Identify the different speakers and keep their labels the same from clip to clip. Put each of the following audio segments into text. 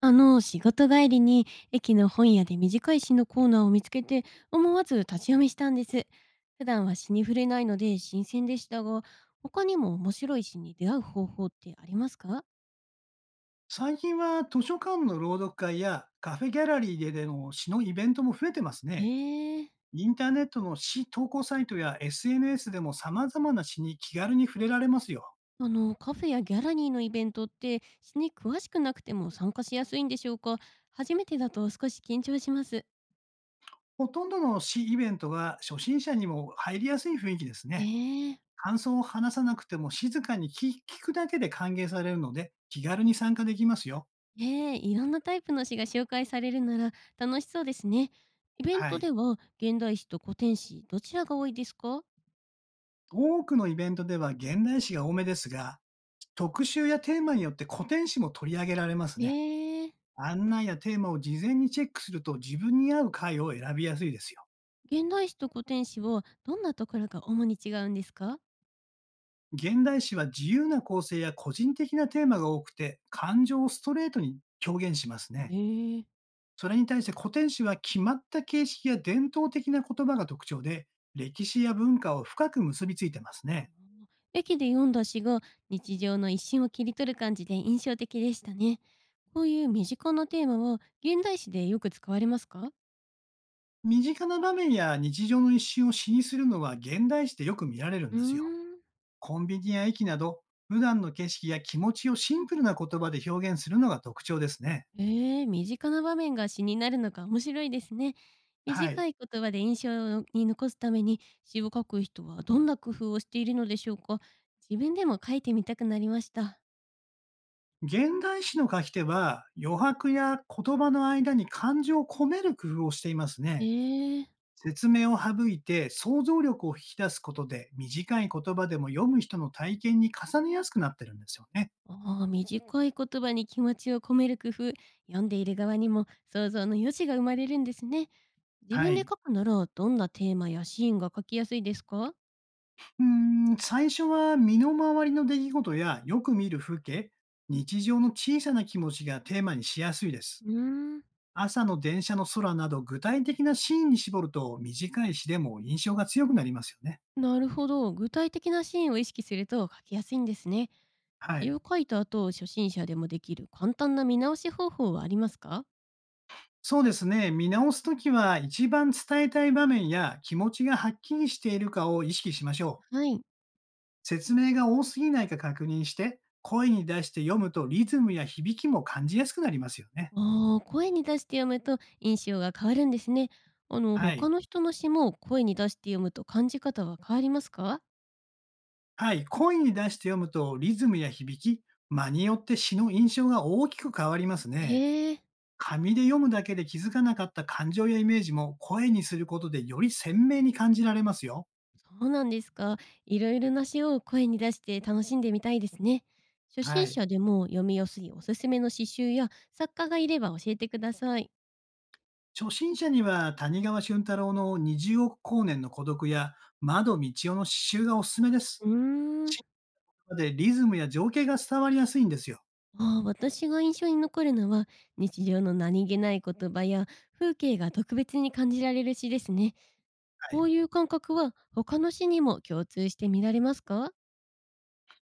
Speaker 1: 仕事帰りに駅の本屋で短い詩のコーナーを見つけて、思わず立ち読みしたんです。普段は詩に触れないので新鮮でしたが、他にも面白い詩に出会う方法ってありますか？
Speaker 2: 最近は図書館の朗読会やカフェギャラリーででの詩のイベントも増えてますね。
Speaker 1: ええ。
Speaker 2: インターネットの詩投稿サイトや SNS でも様々な詩に気軽に触れられますよ。
Speaker 1: カフェやギャラリーのイベントって詩に詳しくなくても参加しやすいんでしょうか？初めてだと少し緊張します。
Speaker 2: ほとんどの詩イベントは初心者にも入りやすい雰囲気ですね。
Speaker 1: ええ。
Speaker 2: 感想を話さなくても静かに聞くだけで歓迎されるので気軽に参加できますよ。
Speaker 1: ええ、いろんなタイプの詩が紹介されるなら楽しそうですね。イベン
Speaker 2: は
Speaker 1: トで
Speaker 2: い。
Speaker 1: は現代詩と古典詩どちらが多いですか？
Speaker 2: 多くのイベントでは現代詩が多めですが、特集やテーマによって古典詩も取り上げられます
Speaker 1: え
Speaker 2: ね。
Speaker 1: え、
Speaker 2: 案内やテーマを事前にチェックすると自分に合う回を選びやすいですよ。
Speaker 1: 現代詩と古典詩をどんなところが主に違うんですか？
Speaker 2: 現代詩は自由な構成や個人的なテーマが多くて、感情をストレートに表現します
Speaker 1: え
Speaker 2: ね。
Speaker 1: え。
Speaker 2: それに対して古典詩は決まった形式や伝統的な言葉が特徴で、歴史や文化を深く結びついてますね。
Speaker 1: ああ、駅で読んだ詩が日常の一瞬を切り取る感じで印象的でしたね。こういう身近なテーマは現代詩でよく使われますか？
Speaker 2: 身近な場面や日常の一瞬を詩にするのは現代詩でよく見られるん
Speaker 1: うー
Speaker 2: ですよ。
Speaker 1: ん。
Speaker 2: コンビニや駅など、普段の景色や気持ちをシンプルな言葉で表現するのが特徴ですね。
Speaker 1: ええ、身近な場面が詩になるのか面白いですね。
Speaker 2: はい。
Speaker 1: 短い言葉で印象に残すために詩を書く人はどんな工夫をしているのでしょうか？自分でも書いてみたくなりました。
Speaker 2: 現代詩の書き手は、余白や言葉の間に感情を込める工夫をしています
Speaker 1: え
Speaker 2: ね。
Speaker 1: え。
Speaker 2: 説明を省いて想像力を引き出すことで、短い言葉でも読む人の体験に重ねやすくなってるんですよね。
Speaker 1: ああ、短い言葉に気持ちを込める工夫、読んでいる側にも想像の余地が生まれるんですね。自
Speaker 2: は
Speaker 1: 分で
Speaker 2: い。
Speaker 1: 書くならどんなテーマやシーンが書きやすいですか？
Speaker 2: うーん、最初は身の回りの出来事やよく見る風景、日常の小さな気持ちがテーマにしやすいです。
Speaker 1: うーん、
Speaker 2: 朝の電車の空など具体的なシーンに絞ると短い詩でも印象が強くなりますよね。
Speaker 1: なるほど。具体的なシーンを意識すると書きやすいんですね。
Speaker 2: は
Speaker 1: 詩
Speaker 2: い。
Speaker 1: を書いた後、初心者でもできる簡単な見直し方法はありますか？
Speaker 2: そうですね。見直すときは、一番伝えたい場面や気持ちがはっきりしているかを意識しましょう。
Speaker 1: はい。
Speaker 2: 説明が多すぎないか確認して、声に出して読むとリズムや響きも感じやすくなりますよね。
Speaker 1: ああ、声に出して読むと印象が変わるんですね。
Speaker 2: はい。
Speaker 1: 他の人の詩も声に出して読むと感じ方は変わりますか？
Speaker 2: はい。声に出して読むとリズムや響き、間によって詩の印象が大きく変わります
Speaker 1: へ
Speaker 2: ね。
Speaker 1: え。
Speaker 2: 紙で読むだけで気づかなかった感情やイメージも声にすることでより鮮明に感じられますよ。
Speaker 1: そうなんですか。いろいろな詩を声に出して楽しんでみたいですね。初
Speaker 2: は
Speaker 1: 心
Speaker 2: い。
Speaker 1: 者でも読みやすいおすすめの詩集や作家がいれば教えてください。
Speaker 2: 初心者には谷川俊太郎の20億光年の孤独や窓道夫の詩集がおすすめで
Speaker 1: う
Speaker 2: す。
Speaker 1: ーん。
Speaker 2: シンプルでリズムや情景が伝わりやすいんですよ。
Speaker 1: ああ、私が印象に残るのは日常の何気ない言葉や風景が特別に感じられる詩ですね。
Speaker 2: は
Speaker 1: こ
Speaker 2: い。
Speaker 1: ういう感覚は他の詩にも共通して見られますか？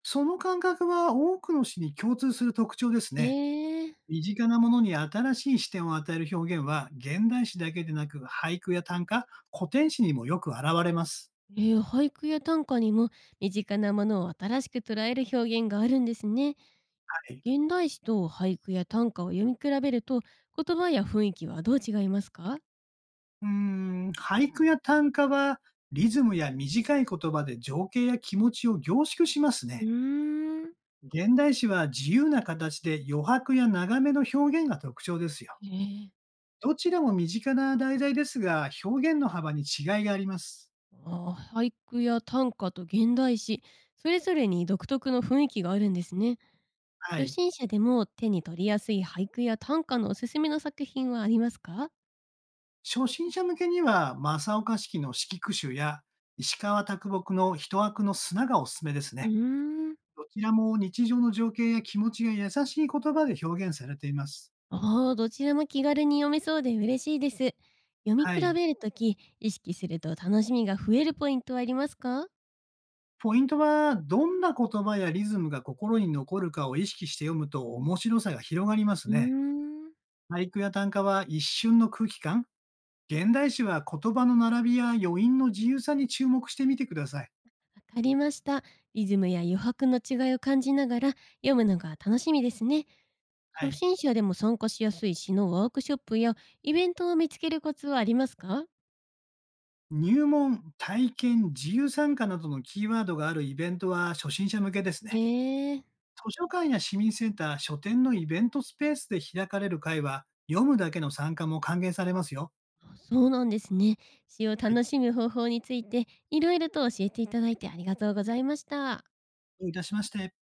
Speaker 2: その感覚は多くの詩に共通する特徴です
Speaker 1: へ
Speaker 2: ね。
Speaker 1: ええー。
Speaker 2: 身近なものに新しい視点を与える表現は現代詩だけでなく俳句や短歌、古典詩にもよく現れます。
Speaker 1: 俳句や短歌にも身近なものを新しく捉える表現があるんですね。
Speaker 2: はい。
Speaker 1: 現代詩と俳句や短歌を読み比べると言葉や雰囲気はどう違いますか？
Speaker 2: うーん、俳句や短歌はリズムや短い言葉で情景や気持ちを凝縮します
Speaker 1: う
Speaker 2: ね。
Speaker 1: ーん。
Speaker 2: 現代詩は自由な形で余白や長めの表現が特徴ですよ。
Speaker 1: ええ。
Speaker 2: どちらも身近な題材ですが、表現の幅に違いがあります。
Speaker 1: ああ、俳句や短歌と現代詩、それぞれに独特の雰囲気があるんですね。
Speaker 2: は
Speaker 1: 初
Speaker 2: い。
Speaker 1: 心者でも手に取りやすい俳句や短歌のおすすめの作品はありますか？
Speaker 2: 初心者向けには、正岡式の四季句集や、石川啄木の一枠の砂がおすすめです
Speaker 1: うー
Speaker 2: ね。
Speaker 1: ん。
Speaker 2: どちらも日常の情景や気持ちが優しい言葉で表現されています。
Speaker 1: ああ、どちらも気軽に読めそうで嬉しいです。読み
Speaker 2: は
Speaker 1: 比
Speaker 2: い。
Speaker 1: べるとき、意識すると楽しみが増えるポイントはありますか？
Speaker 2: ポイントは、どんな言葉やリズムが心に残るかを意識して読むと面白さが広がります
Speaker 1: うー
Speaker 2: ね。
Speaker 1: ん、
Speaker 2: 俳句や短歌は一瞬の空気感、現代詩は言葉の並びや余韻の自由さに注目してみてください。
Speaker 1: わかりました。リズムや余白の違いを感じながら読むのが楽しみですね。
Speaker 2: は
Speaker 1: 初
Speaker 2: い。
Speaker 1: 心者でも参加しやすい詩のワークショップやイベントを見つけるコツはありますか？
Speaker 2: 入門、体験、自由参加などのキーワードがあるイベントは初心者向けです
Speaker 1: へ
Speaker 2: ね。
Speaker 1: え、
Speaker 2: 図書館や市民センター、書店のイベントスペースで開かれる会は、読むだけの参加も歓迎されますよ。
Speaker 1: あ、そうなんですね。詩を
Speaker 2: はい。
Speaker 1: 楽しむ方法についていろいろと教えていただいてありがとうございました。
Speaker 2: どういたしまして。